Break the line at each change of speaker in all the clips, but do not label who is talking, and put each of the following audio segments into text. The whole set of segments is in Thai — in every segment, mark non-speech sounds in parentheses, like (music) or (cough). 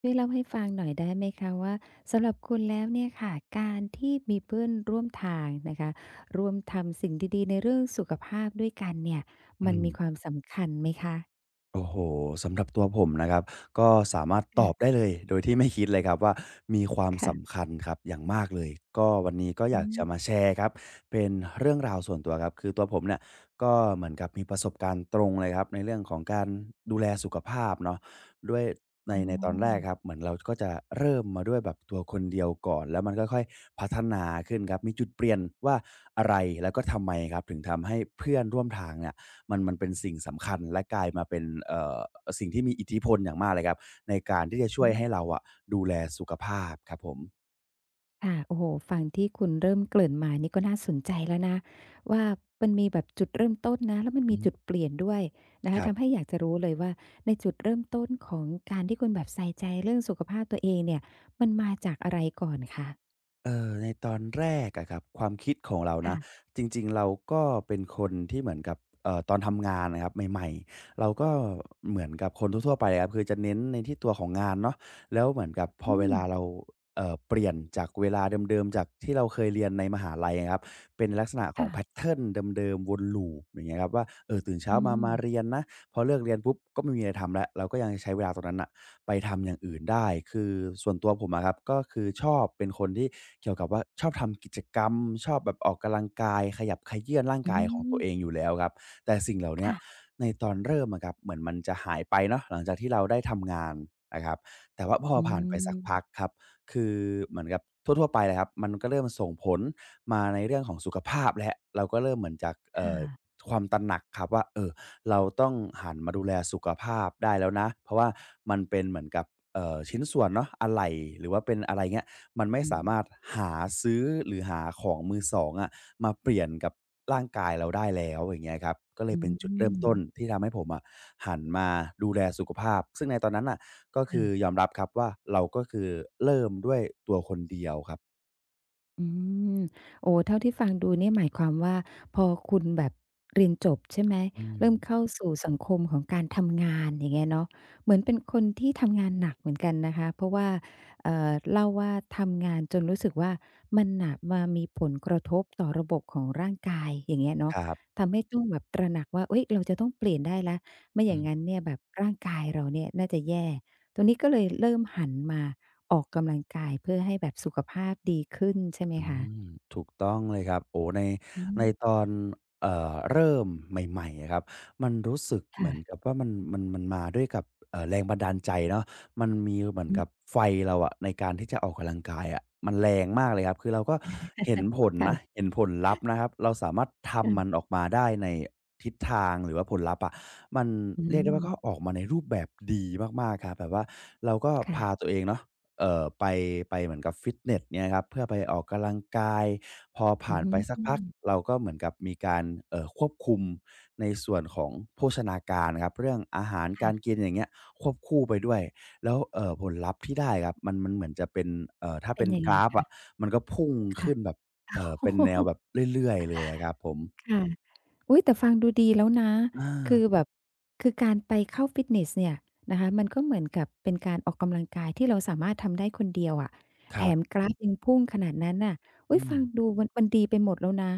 ช่วยเล่าให้ฟังหน่อยได้ไหมคะว่าสำหรับคุณแล้วเนี่ยค่ะการที่มีเพื่อนร่วมทางนะคะร่วมทำสิ่งดีๆในเรื่องสุขภาพด้วยกันเนี่ย
อื
มัน
ม
มีความสำคัญไหมคะ
โอ้โฮสำหรับตัวผมนะครับก็สามารถต
ค่ะ
อบได้เลยโดยที่ไม่คิดเลยครับว่ามีความสำ
ค่ะ
คัญครับอย่างมากเลยก็วันนี้ก็อ
อื
ยากจะมา
ม
แชร์ครับเป็นเรื่องราวส่วนตัวครับคือตัวผมเนี่ยก็เหมือนกับมีประสบการณ์ตรงเลยครับในเรื่องของการดูแลสุขภาพเนาะด้วยใน
อ๋อ
ในตอนแรกครับเหมือนเราก็จะเริ่มมาด้วยแบบตัวคนเดียวก่อนแล้วมันค่อยๆพัฒนาขึ้นครับมีจุดเปลี่ยนว่าอะไรแล้วก็ทำไมครับถึงทำให้เพื่อนร่วมทางเนี่ย มันเป็นสิ่งสำคัญและกลายมาเป็นสิ่งที่มีอิทธิพลอย่างมากเลยครับในการที่จะช่
อื
วยให้เรา
ม
อะดูแลสุขภาพครับผม
ค่ะโอ้โฮฟังที่คุณเริ่มเกริ่นมานี่ก็น่าสนใจแล้วนะว่ามันมีแบบจุดเริ่มต้นนะแล้วมัน
อื
มีจุด
ม
เปลี่ยนด้วยนะ
ค
คะ
รั
ทำให้
บ
อยากจะรู้เลยว่าในจุดเริ่มต้นของการที่คุณแบบใส่ใจเรื่องสุขภาพตัวเองเนี่ยมันมาจากอะไรก่อนคะ
ในตอนแรกอะครับความคิดของเรานะ
ค่ะ
จริงๆเราก็เป็นคนที่เหมือนกับตอนทำงานน่ะครับใหม่ๆเราก็เหมือนกับคนทั่วๆไปอะครับคือจะเน้นในที่ตัวของงานเนาะแล้วเหมือนกับพอ
อื
เว
ม
ลาเราเปลี่ยนจากเวลาเดิมๆจากที่เราเคยเรียนในมหาลัยอะครับเป็นลักษณะของ
ค่ะ
แพตเทิร์นเดิมๆวน loop อย่างเงี้ยครับว่าเออตื่นเช้า
อื
มามาเรีย
ม
นนะพอเลิกเรียนปุ๊บก็ไม่มีอะไรทำแล้วเราก็ยังใช้เวลาตรงนั้นน่ะ ไปทำอย่างอื่นได้คือส่วนตัวผมอะครับก็คือชอบเป็นคนที่เกี่ยวกับว่าชอบทำกิจกรรมชอบแบบออกกำลังกายขยับเขยื้อนร่าง
อื
กายของตั
ม
วเองอยู่แล้วครับแต่สิ่งเหล่าเนี้ย
ค่ะ
ในตอนเริ่มอะครับเหมือนมันจะหายไปเนาะหลังจากที่เราได้ทำงานนะครับแต่ว่าพอ
อื
ผ่านไปสักพัก
ม
ครับคือเหมือนกับทั่วๆไปเลยครับมันก็เริ่มส่งผลมาในเรื่องของสุขภาพแล้วเราก็เริ่มเหมือนจาก
ค่ะ
ความตระหนักครับว่าเออ เราต้องหันมาดูแลสุขภาพได้แล้วนะเพราะว่ามันเป็นเหมือนกับชิ้นส่วนเนาะอะไหล่หรือว่าเป็นอะไรเงี้ยมันไม่
อื
สา
ม
มารถหาซื้อหรือหาของมือสองอะมาเปลี่ยนกับร่างกายเราได้แล้วอย่างเงี้ยครับก็เลย
อื
เป็นจุดเริ่มต้น
ม
ที่ทำให้ผมอะหันมาดูแลสุขภาพซึ่งในตอนนั้นน่ะก็คือ
ค่ะ
ยอมรับครับว่าเราก็คือเริ่มด้วยตัวคนเดียวครับ
อืมโอ้เท่าที่ฟังดูเนี่ยหมายความว่าพอคุณแบบเรียนจบใช่ไหม
อืม
เริ่มเข้าสู่สังคมของการทำงานอย่างเงี้ยเนาะเหมือนเป็นคนที่ทำงานหนักเหมือนกันนะคะเพราะว่าเล่าว่าทำงานจนรู้สึกว่ามันน่ะมามีผลกระทบต่อระบบของร่างกายอย่างเงี้ย
ค
เนาะ
รับ
ทำให้ต้องแบบตระหนักว่าเฮ้ยเราจะต้องเปลี่ยนได้แล้วไม่อ
อื
ย่าง
ม
งั้นเนี่ยแบบร่างกายเราเนี่ยน่าจะแย่ตรงนี้ก็เลยเริ่มหันมา ออกกำลังกายเพื่อให้แบบสุขภาพดีขึ้นใช่ไหม
อื
คะ
มถูกต้องเลยครับโอ้ใน
อื
ใน
ม
ตอนเริ่มใหม่ๆอะครับมันรู้สึกเหมือนกั
ค่ะ
บว่ามันมาด้วยกับแรงบันดาลใจเนาะมันมีเหมือน
อืม
กับไฟเราอะในการที่จะออกกำลังกายอะมันแรงมากเลยครับคือเราก็เห็นผลนะ
ค่ะ
เห็นผลลัพธ์นะครับเราสามารถทำมันออกมาได้ในทิศทางหรือว่าผลลัพธ์อะมัน
อื
เรียกได้ว่าก็อ
ม
อกมาในรูปแบบดีมากๆครับแบบว่าเราก็พา
ค่ะ
ตัวเองเนาะ เอ่อไปไปเหมือนกับฟิตเนสเนี่ยครับเพื่อไปออกกำลังกายพอ
อื
ผ่านไปสักพัก
ม
เราก็เหมือนกับมีการควบคุมในส่วนของโภชนาการครับเรื่องอาหารการ
ค่ะ
กินอย่างเงี้ยควบคู่ไปด้วยแล้วผลลัพธ์ที่ได้ครับมันเหมือนจะเป็นถ้า
เป็
เป็
น
น
ยัง
ก
ไง
ราฟอะ
คะ
มันก็พุ่ง
ค่ะ
ขึ้นแบบ
โอ้
เป็น
โฮ
แนวแบบเรื่อยๆเลยอะครับผม
ค่ะ อุ๊ยแต่ฟังดูดีแล้วนะ
อา
คือแบบคือการไปเข้าฟิตเนสเนี่ยนะคะมันก็เหมือนกับเป็นการออกกำลังกายที่เราสามารถทำได้คนเดียวอะ
ค
แถ
รั
ม
บ
กราฟยังพุ่งขนาดนั้นน่ะอุ๊ย
อืม
ฟังดูมันมันดีไปหมดแล้วนะ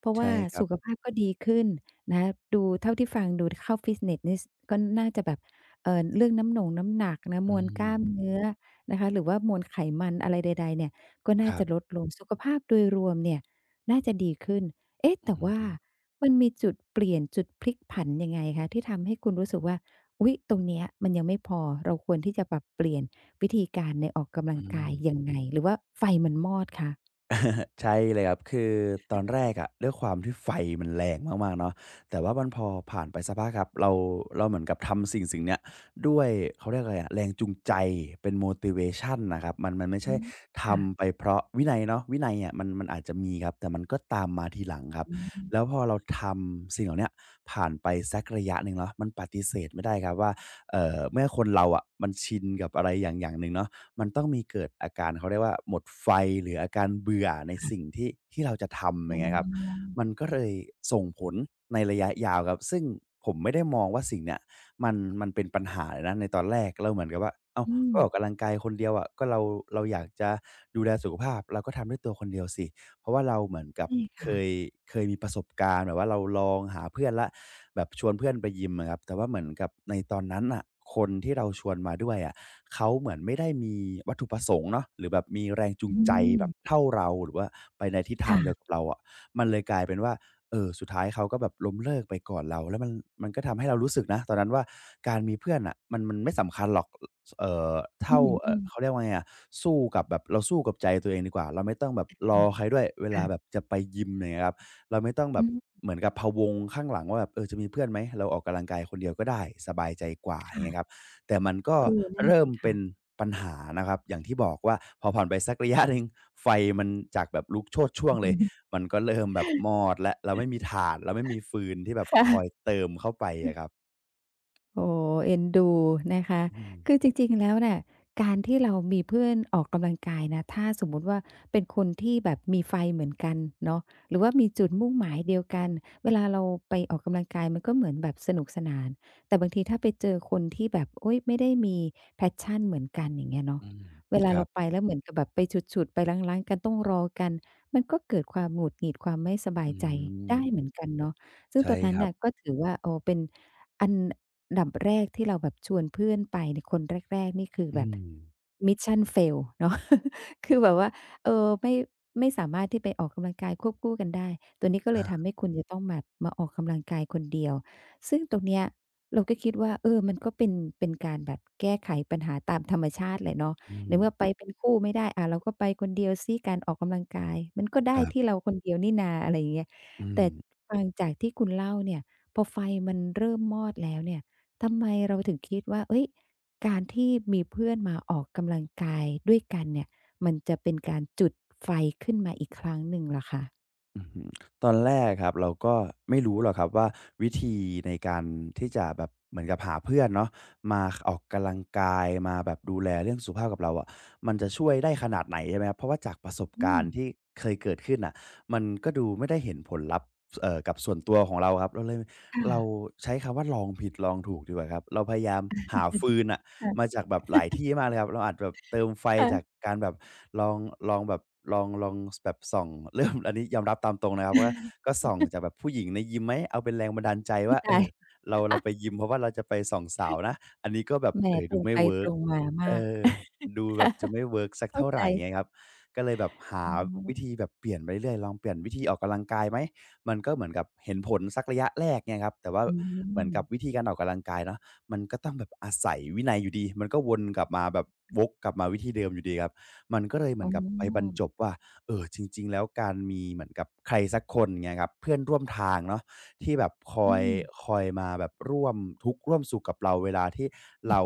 เพราะ
ใช่
ว่า
ครั
สุ
บ
ขภาพก็ดีขึ้นนะดูเท่าที่ฟังดูเข้าฟิตเนสนี่สก็น่าจะแบบเรื่องน้ำหนงน้ำหนักนะม
อื
วลกล้าม
ม
เนื้อนะคะหรือว่ามวลไขมันอะไรใดๆเนี่ยก็
ค
น่า
รั
จะล
บ
ดลงสุขภาพโดยรวมเนี่ยน่าจะดีขึ้นเอ๊ะ
อือ
แต่ว่า
ฮึ
มันมีจุดเปลี่ยนจุดพลิกผันยังไงคะที่ทำให้คุณรู้สึกว่า อุ๊ยตรงเนี้ยมันยังไม่พอเราควรที่จะปรับเปลี่ยนวิธีการในออกกำลัง
อื
กา
ม
ยยังไงหรือว่าไฟมันมอดคะ
ใช่เลยครับคือตอนแรกอะด้วยความที่ไฟมันแรงมากๆเนาะแต่ว่ามันพอผ่านไปสักพักครับเราเหมือนกับทำสิ่งเนี้ยด้วยเขาเรียกอะไรอะแรงจูงใจเป็น motivation นะครับมันไม่
อื
ใช่
มค่ะ
ทำไปเพราะวินัยเนาะวินัยอะมันอาจจะมีครับแต่มันก็ตามมาทีหลังครับ
อื
แล้ว
ม
พอเราทำสิ่งเหล่าเนี้ยผ่านไปสักระยะหนึ่งเนาะมันปฏิเสธไม่ได้ครับว่าเมื่อคนเราอะมันชินกับอะไรอย่างหนึ่งเนาะ มันต้องมีเกิดอาการเขาเรียกว่าหมดไฟหรืออาการเบื่อในสิ่งที่เราจะทำอ
อ๋อ
ย่างเงี้ยครับมันก็เลยส่งผลในระยะยาวครับซึ่งผมไม่ได้มองว่าสิ่งเนี้ยมันมันเป็นปัญหาเลยนะในตอนแรกเราเหมือนกับว่าอ้าว
อืม
ก็ออกกำลังกายคนเดียวอะก็เราอยากจะดูแลสุขภาพเราก็ทำด้วยตัวคนเดียวสิ เพราะว่าเราเหมือนกับ
ใช่
เคย
ค่ะ
เคยมีประสบการณ์แบบว่าเราลองหาเพื่อนแล้วแบบชวนเพื่อนไปยิมอะครับแต่ว่าเหมือนกับในตอนนั้นน่ะคนที่เราชวนมาด้วยอะเขาเหมือนไม่ได้มีวัตถุประสงค์เนาะหรือแบบมีแรงจูง
อื
ใจ
ม
แบบเท่าเราหรือว่าไปในทิศทางเดียวกั
ค่ะ
บเราอะมันเลยกลายเป็นว่าสุดท้ายเขาก็แบบล้มเลิกไปก่อนเราแล้วมันก็ทำให้เรารู้สึกนะตอนนั้นว่าการมีเพื่อนน่ะมันไม่สำคัญหรอก สเอ่อ
อื
เท่า
ม
เขา
ๆๆ
เรียกว่าไงอะสู้กับแบบเราสู้กับใจตัวเองดีกว่าเราไม่ต้องแบบรอใครด้วยเวลา
ค่ะ
แบบจะไปยิมอย่างเงี้ยครับเราไม่ต้องแบ
อื
บ
ม
เหมือนกับพะวงข้างหลังว่าแบบเออจะมีเพื่อนไหมเราออกกำลังกายคนเดียวก็ได้สบายใจกว่าอย่างเงี้ยครั
ค่ะ
บแต่มันก็
เออนั่น
เริ่ม
สิ
เป็
ค่ะ
นปัญหานะครับอย่างที่บอกว่าพอผ่านไปสักระยะหนึ่งไฟมันจากแบบลุกโชติช่วงเล
อือ
ย
ฮึ
มันก็เริ่มแบบมอดแล้วเราไม่มีถ่านเราไม่มีฟืนที่แบบคอย
ค่ะ
เติมเข้าไปอะครับ
โอ้โฮเอ็นดูนะคะ
อืม
คือจริงๆแล้วเนี่ยการที่เรามีเพื่อนออกกำลังกายนะถ้าสมมุติว่าเป็นคนที่แบบมีไฟเหมือนกันเนาะหรือว่ามีจุดมุ่งหมายเดียวกันเวลาเราไปออกกำลังกายมันก็เหมือนแบบสนุกสนานแต่บางทีถ้าไปเจอคนที่แบบโอ๊ยไม่ได้มี passion เหมือนกันอย่างเงี้ยเนาะ
อืม
เวลา
ครั
เรา
บ
ไปแล้วเหมือนกับแบบไปฉุดๆไปรั้งๆกันต้องรอกันมันก็เกิดความหงุดหงิดความไม่สบาย
อื
ใจ
ม
ได้เหมือนกันเนาะซึ่งต
ใช่
รงนั้
ค
น
รับ
น่ะก็ถือว่าโอ้เป็นอัน อันดับแรกที่เราแบบชวนเพื่อนไปในคนแรกๆนี่คือแบ
อื
บ
ม
Mission Fail เนาะ (laughs) คือแบบว่าเออไม่สามารถที่ไปออกกำลังกายควบคู่กันได้ตัวนี้ก็เลยทำ
อา
ให้คุณจะต้องแบบมาออกกำลังกายคนเดียวซึ่งตรงเนี้ยเราก็คิดว่าเออมันก็เป็นการแบบแก้ไขปัญหาตามธรรมชาติแหละเนาะ
อื
ใน
ม
เมื่อไปเป็นคู่ไม่ได้อ่าเราก็ไปคนเดียวซิการออกกำลังกายมันก็
ค
ได้
รั
ที่
บ
เราคนเดียวนี่นาอะไรอย่างเงี้ย
อืม
แต่ฟังจากที่คุณเล่าเนี่ยพอไฟมันเริ่มมอดแล้วเนี่ย ทำไมเราถึงคิดว่าเอ้ยการที่มีเพื่อนมาออกกำลังกายด้วยกันเนี่ย มันจะเป็นการจุดไฟขึ้นมาอีกครั้งหนึ่งเหรอคะ
อือฮตอนแรกครับเราก็ไม่รู้หรอกครับว่าวิธีในการที่จะแบบเหมือนกับหาเพื่อนเนาะมาขออกกำลังกายมาแบบดูแลเรื่องสุขภาพกับเราอะมันจะช่วยได้ขนาดไหนใช่ไหมครับเพราะว่าจากประสบ
อื
การ
ม
ณ์ที่เคยเกิดขึ้นน่ะมันก็ดูไม่ได้เห็นผลลัพธ์สเอ่อกับส่วนตัวของเราครับเราเลยเรา
ค่ะ
ใช้คำว่าลองผิดลองถูกดีกว่าครับเราพยายามหาฟืนอะ มา
ค่ะ
จากแบบหลายที่มากเลยครับเราอาจแบบเติมไฟจาก
ค่ะ
การแบบลองลองแบบลองลองสแบบส่อง (laughs) เริ่มอันนี้ยอมรับตามตรงนะครับว่าก็ส่องจากแบบผู้หญิงในยิมไหมเอาเป็นแรงบันดาลใจ
อุ๊ย
ว่าเอ
ตาย
อเรา
(laughs)
ไปยิมเพราะว่าเราจะไปส่องสาวนะอันนี้ก็แบบ
แหมตร
ดู
ง
ไม่
ไป
เวิ
ต
ร์ก
รงมามา
เอ
ก
อดูแบบจะไม่เวิร์กสัก
เข้า
เท่า
ใจ
ไรเงี้ยครับก็เลยแบบหา
อ๋
วิ
อ
ธีแบบเปลี่ยนไปเรื่อยๆลองเปลี่ยนวิธีออกกำลังกายไหมมันก็เหมือนกับเห็นผลสักระยะแรกเงี่ยครับแต่ว่า
อื
เหมือนกับวิ
ม
ธีการออกกำลังกายเนาะ มันก็ต้องแบบอาศัยวินัยอยู่ดี มันก็วนกลับมาแบบวกกลับมาวิธีเดิมอยู่ดีครับมันก็เลยเหมื
อ๋
อนกับไปบรร
อ
จบว่าเออจริงๆแล้วการมีเหมือนกับใครสักคนเงี้ยครับเพื่อนร่วมทางเนาะที่แบบคอ
อื
ย
ม
คอยมาแบบร่วมทุกข์ร่วมสุขกับเราเวลาที่เรา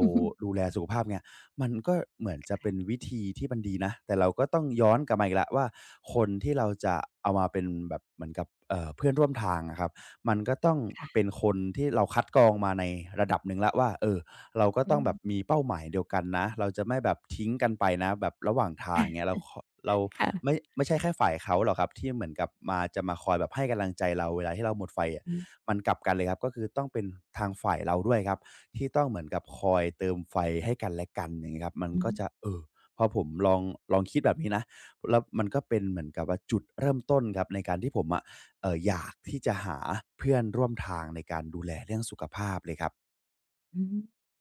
ดูแลสุขภาพเนี่ยมันก็เหมือนจะเป็นวิธีที่มันดีนะแต่เราก็ต้องย้อนกลับมาอีกแล้วว่าคนที่เราจะเอามาเป็นแบบเหมือนกับเพื่อนร่วมทางอะครับ มันก็ต้องเป็น
ค่ะ
คนที่เราคัดกรองมาในระดับหนึ่งแล้วว่าเออเราก็ต้
อื
องแบบ
ม
มีเป้าหมายเดียวกันนะเราจะไม่แบบทิ้งกันไปนะแบบระหว่างทางอย่างเงี้ยเรา
ค่ะ
ไม่ใช่แค่ฝ่ายเขาหรอกครับที่เหมือนกับมาจะมาคอยแบบให้กำลังใจเราเวลาที่เราหมดไฟอะ
อือ
มันกลับกันเลยครับก็คือต้องเป็นทางฝ่ายเราด้วยครับที่ต้องเหมือนกับคอยเติมไฟให้กันและกันอย่างงี้ครับมันก็จะ
ฮึ
เออพอผมลองคิดแบบนี้นะแล้วมันก็เป็นเหมือนกับว่าจุดเริ่มต้นครับในการที่ผมอะ อยากที่จะหาเพื่อนร่วมทางในการดูแลเรื่องสุขภาพเลยครับ
อืม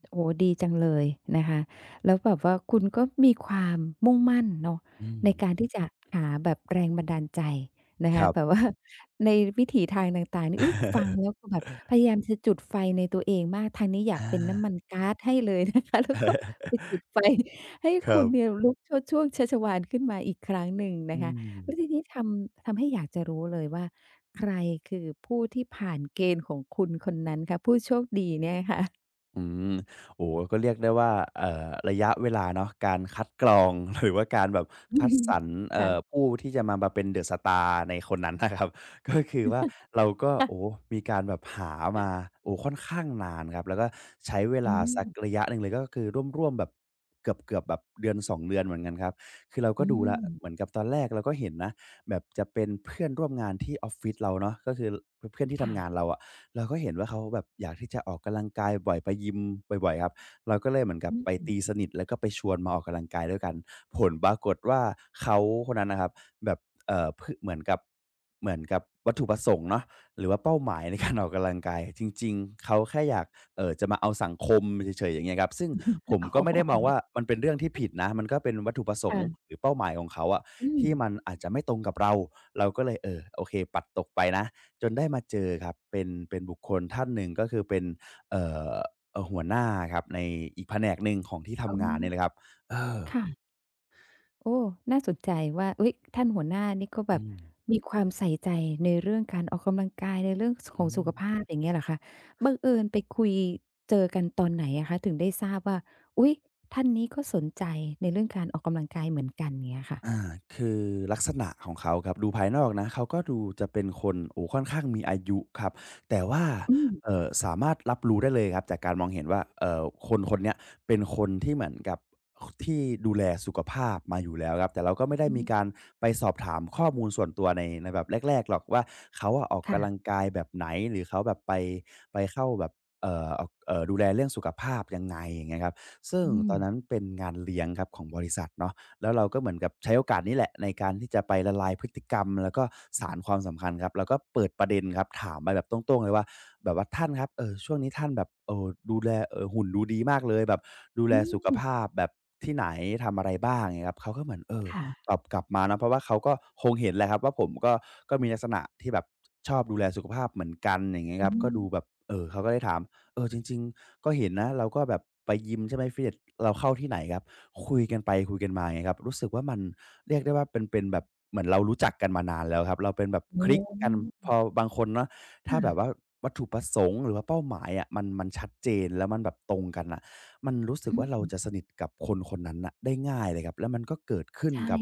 โอ้โฮดีจังเลยนะคะแล้วแบบว่าคุณก็มีความมุ่งมั่นเนาะ
อืม
ในการที่จะหาแบบแรงบันดาลใจนะ
ค
คะ
รั
แบบ
บ
ว่า (laughs) ในวิถีทางต่างๆนี่อุ๊ยฟังแล้ว
(laughs)
ก็แบบพยายามจะจุดไฟในตัวเองมากทางนี้อยาก
อา
เป็นน้ำมันก๊าซให้เลยนะคะ (laughs) แล้วก็ไปจุด
(laughs)
ไฟให้
ค
คุ
รั
ณเนี่ย
บ
ลุกโชติช่วงชัชวาลขึ้นมาอีกครั้งหนึ่งนะ
อื
คะแล้วที
ม
นี้ทำให้อยากจะรู้เลยว่าใครคือผู้ที่ผ่านเกณฑ์ของคุณคนนั้นคะผู้โชคดีเนี่ยค่ะ
อืมโอ้โฮก็เรียกได้ว่าระยะเวลาเนาะการคัดกรอง (laughs) หรือว่าการแบบ
อื
คัด
ม
สรร
ค่ะ
ผู้ที่จะมาเป็น The Star ในคนนั้นนะครับ (laughs) ก็คือว่าเราก็โอ้โฮ
ค่ะ
มีการแบบหามาโอ้ค่อนข้างนานครับแล้วก็ใช้เว
อื
ลา
ม
สักระยะหนึ่งเลยก็คือร่วมๆแบบเกือบๆแบบเดือนสองเดือนเหมือนกันครับคือเราก็
อื
ดูแล้
ม
วเหมือนกับตอนแรกเราก็เห็นนะแบบจะเป็นเพื่อนร่วมงานที่ออฟฟิศเราเนาะก็คือเพื่อนที่ทำงาน
ค่ะ
เราอะ เราก็เห็นว่าเขาแบบอยากที่จะออกกำลังกายบ่อยไปยิมบ่อยๆครับเราก็เลยเหมือนกับไป
อืม
ตีสนิทแล้วก็ไปชวนมาออกกำลังกายด้วยกันผลปรากฏว่าเขาคนนั้นนะครับแบบพเหมือนกับเหมือนกับวัตถุประสงค์เนาะหรือว่าเป้าหมายในการออกกำลังกายจริงๆเขาแค่อยากจะมาเอาสังคมเฉยๆอย่างเงี้ยครับซึ่งผม
อ๋อ
ก็ไม่ได้มองว่ามันเป็นเรื่องที่ผิดนะมันก็เป็นวัตถุประสงค์
ค่ะ
หรือเป้าหมายของเขาอะ
อืม
ที่มันอาจจะไม่ตรงกับเราเราก็เลยเออโอเคปัดตกไปนะ จนได้มาเจอครับเป็นบุคคลท่านหนึ่งก็คือเป็นเอ่อหัวหน้าครับในอีกแผนกหนึ่งของที่
อ๋อ
ทำงานเนี่ยแหละครับเออ
ค่ะโอ้น่าสนใจว่าเฮ้ยท่านหัวหน้านี่ก็แบ
อื
บ
ม
มีความใส่ใจในเรื่องการออกกำลังกายในเรื่องสขอ
อื
งสุ
ม
ขภาพอย่างเงี้ยเหรอคะบังเอิญไปคุยเจอกันตอนไหนอะคะถึงได้ทราบว่าอุ๊ยท่านนี้ก็สนใจในเรื่องการออกกำลังกายเหมือนกันาเงี้ยค่ะ
อาคือลักษณะของเขาครับดูภายนอกนะเขาก็ดูจะเป็นคนโอ้ค่อนข้างมีอายุครับแต่ว่า
อืม
สามารถรับรู้ได้เลยครับจากการมองเห็นว่าคนคนเนี้ยเป็นคนที่เหมือนกับที่ดูแลสุขภาพมาอยู่แล้วครับแต่เราก็ไม่ได้
อือ
มีการไปสอบถามข้อมูลส่วนตัวในแบบแรกๆหรอกว่าเขาอะออกกำลัง
ค่ะ
กายแบบไหนหรือเขาแบบไปเข้าแบบออกดูแลเรื่องสุขภาพยังไงอย่างเงี้ยครับซึ่ง
อื
ต
ม
อนนั้นเป็นงานเลี้ยงครับของบริษัทเนาะ แล้วเราก็เหมือนกับใช้โอกาสนี้แหละในการที่จะไปละลายพฤติกรรมแล้วก็สานความสัมพันธ์ครับแล้วก็เปิดประเด็นครับถามไปแบบตรงๆเลยว่าแบบว่าท่านครับช่วงนี้ท่านแบบดูแลหุ่นดูดีมากเลยแบบดูแล
อื
สุข
ม
ภาพแบบที่ไหนทำอะไรบ้างอย่างเงี้ยครับเขาก็เหมือนเออ
ค่ะ
ตอบกลับมาเนาะเพราะว่าเขาก็คงเห็นแหละครับว่าผมก็มีลักษณะที่แบบชอบดูแลสุขภาพเหมือนกันอย่างเงี้ย
อื
ครับก็ดูแบ
ม
บเขาก็ได้ถามเออจริงๆก็เห็นนะเราก็แบบไปยิมใช่ไหมฟิตเนสเราเข้าที่ไหนครับ คุยกันไปคุยกันมาไงครับรู้สึกว่ามันเรียกได้ว่าเป็นแบบเหมือนเรารู้จักกันมานานแล้วครับเราเป็นแบบค
โอ้
ลิกกันพอบางคนเนาะถ้าแบบว่า
ค่ะ
วัตถุประสงค์หรือว่าเป้าหมายอะมันชัดเจนแล้วมันแบบตรงกันน่ะ มันรู้สึก
อื
ว่าเรา
ม
จะสนิทกับคนคนนั้นน่ะได้ง่ายเลยครับแล้วมันก็เกิดขึ้น
ใช่
กับ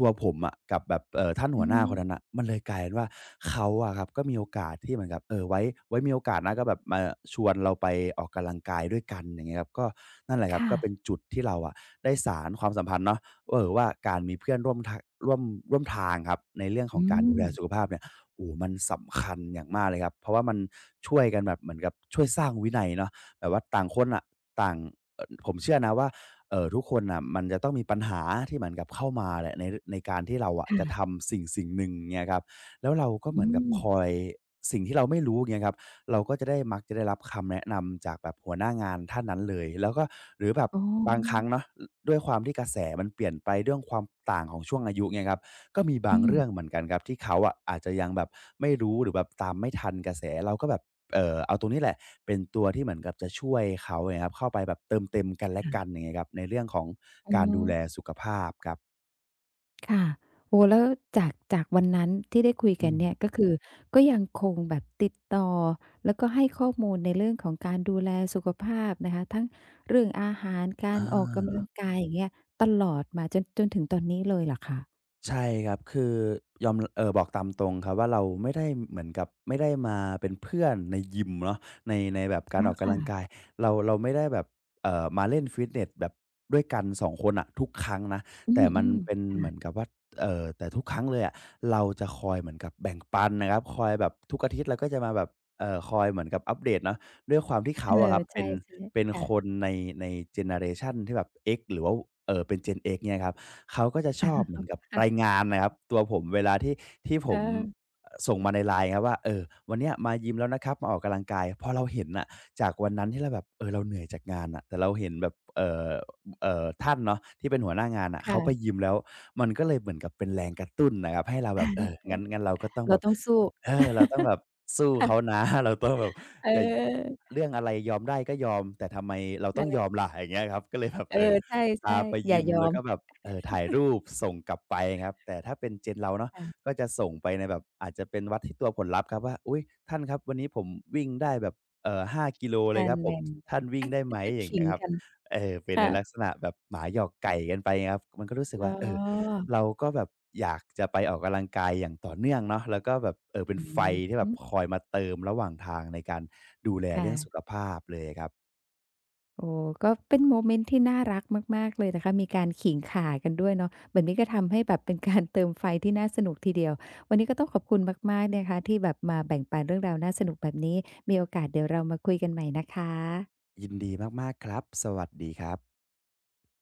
ตัวผมอะกับแบบท่าน
อื
หัวหน้า
ม
คนนั้นน่ะมันเลยกลายเป็นว่าเขาอะครับก็มีโอกาสที่เหมือนกับเออไว้มีโอกาสนะก็แบบมาชวนเราไปออกกำลังกายด้วยกันอย่างเงี้ยครับก็นั่นแหละครับ
ค่ะ
ก็เป็นจุดที่เราอะได้สานความสัมพันธ์เนาะเอ่อว่าการมีเพื่อนร่วมทางร่วมทางครับในเรื่องขอ
อื
งการดู
ม
แลสุขภาพเนี่ยโอ้โฮมันสำคัญอย่างมากเลยครับเพราะว่ามันช่วยกันแบบเหมือนกับช่วยสร้างวินัยเนาะ แบบว่าต่างคนอะต่างผมเชื่อนะว่าเออทุกคนอ่ะมันจะต้องมีปัญหาที่เหมือนกับเข้ามาแหละในการที่เราอะจะ
ค่ะ
ทำสิ่งสิ่งหนึ่งเนี่ยครับแล้วเราก็เห
อื
มือนกับ
ม
คอยสิ่งที่เราไม่รู้เงี้ยครับเราก็จะได้มักจะได้รับคำแนะนำจากแบบหัวหน้างานท่านนั้นเลยแล้วก็หรือแบบ
อ๋
บางครั้ง
อ
เนาะอด้วยความที่กระแสมันเปลี่ยนไปเรื่องความต่างของช่วงอายุเงี้ยครับก็มีบา
อื
งเรื่อง
ม
เหมือนกันครับที่เขาอะอาจจะยังแบบไม่รู้หรือแบบตามไม่ทันกระแสเราก็แบบ เอาตัวนี้แหละเป็นตัวที่เหมือนกับจะช่วยเขาเนี่ยครับเข้าไปแบบเติมเต็มกันและกันอย่างเงี้ยครับในเรื่องของ
อ๋อ
การดูแลสุขภาพครับ
ค่ะโอ้โฮแล้วจากวันนั้นที่ได้คุย
อื
กัน
ม
เนี่ยก็คือก็ยังคงแบบติดต่อแล้วก็ให้ข้อมูลในเรื่องของการดูแลสุขภาพนะคะทั้งเรื่องอาหารกา
อ
รออกกำ
า
ลังกายอย่างเงี้ยตลอดมาจนถึงตอนนี้เลยเหรอคะ
ใช่ครับคือยอมบอกตามตรงครับว่าเราไม่ได้เหมือนกับไม่ได้มาเป็นเพื่อนในยิมเนาะในแบบกา
อ๋
ร
อ
ออกกำ
ค่ะ
ลังกายเราไม่ได้แบบมาเล่นฟิตเนสแบบด้วยกันสองคนน่ะทุกครั้งนะ
อื
แต่มัน
ม
เป็น
ๆ
เหมือน
ค่ะ
กับว่าแต่ทุกครั้งเลยอะเราจะคอยเหมือนกับแบ่งปันนะครับคอยแบบทุกอาทิตย์เราก็จะมาแบบคอยเหมือนกับอัปเดตเนาะด้วยความที่
เอ
เขา
อ
อะครับเป็
ใช่
นเป็น
ๆค่ะ
คนในเจเนอเรชันที่แบบ X หรือว่าเป็น Gen X เนี่ยครับ เขาก็จะชอบเหมือนกับราย
(laughs)
งานนะครับตัวผมเวลาที่ผ
เอ
ม
อ
ส่งมาใน LINE ครับว่าเออวันเนี้ยมายิมแล้วนะครับมาออกกำลังกายพอเราเห็นน่ะจากวันนั้นที่เราแบบเออเราเหนื่อยจากงานน่ะแต่เราเห็นแบบท่านเนาะที่เป็นหัวหน้างานน่ะเขาไป
ค่ะ
ยิมแล้วมันก็เลยเหมือนกับเป็นแรงกระตุ้นนะครับให้เราแบบเอองั้นเราก็ต้องแบ
เรา
บ
ต้องสู้
เออเราต้องแบบสู้เขานะ (laughs) เราต้องแบบ
เ
อย่า
ออ
เรื่องอะไรยอมได้ก็ยอมแต่ทำไมเรา
อ
ต้องยอ
า
มล่ะอย่างเงี้ยครับก็เลยแบบ
เออ
เออ
ใช
พา
่
ไป
ๆอย่า
ยิม
ยอ
แล้ว
ม
ก็แบบถ่ายรูปส่งกลับไปครับแต่ถ้าเป็น Gen เราเนาะ
ค่ะ
ก็จะส่งไปในแบบอาจจะเป็นวัดที่ตัวผลลัพธ์ครับว่าอุ๊ยท่านครับวันนี้ผมวิ่งได้แบบ5 กิโลเลย
อา
ครับผ
แร
ม
งไป
ท่านวิ่งได้ไหมอ
(laughs)
ย่าง
ขิ
เงี้
ง
ยครับ
กัน
เออเป็นใน
ค่ะ
ลักษณะแบบหมาหยอกไก่กันไปครับมันก็รู้สึก
อ๋อ
ว่าเออเราก็แบบอยากจะไปออกกำลังกายอย่างต่อเนื่องเนาะแล้วก็แบบเป็น
อื
ไฟ
อ
ที่แบ
ฮึ
บคอยมาเติมระหว่างทางในการดูแล
ค่ะ
เรื่องสุขภาพเลยครับ
โอ้ก็เป็นโมเมนต์ที่น่ารักมากๆเลยนะคะมีการขิงข่ากันด้วยเนาะแบบนี้ก็ทำให้แบบเป็นการเติมไฟที่น่าสนุกทีเดียววันนี้ก็ต้องขอบคุณมากๆนะคะที่แบบมาแบ่งปันเรื่องราวน่าสนุกแบบนี้มีโอกาสเดี๋ยวเรามาคุยกันใหม่นะคะ
ยินดีมากๆครับสวัสดีครับ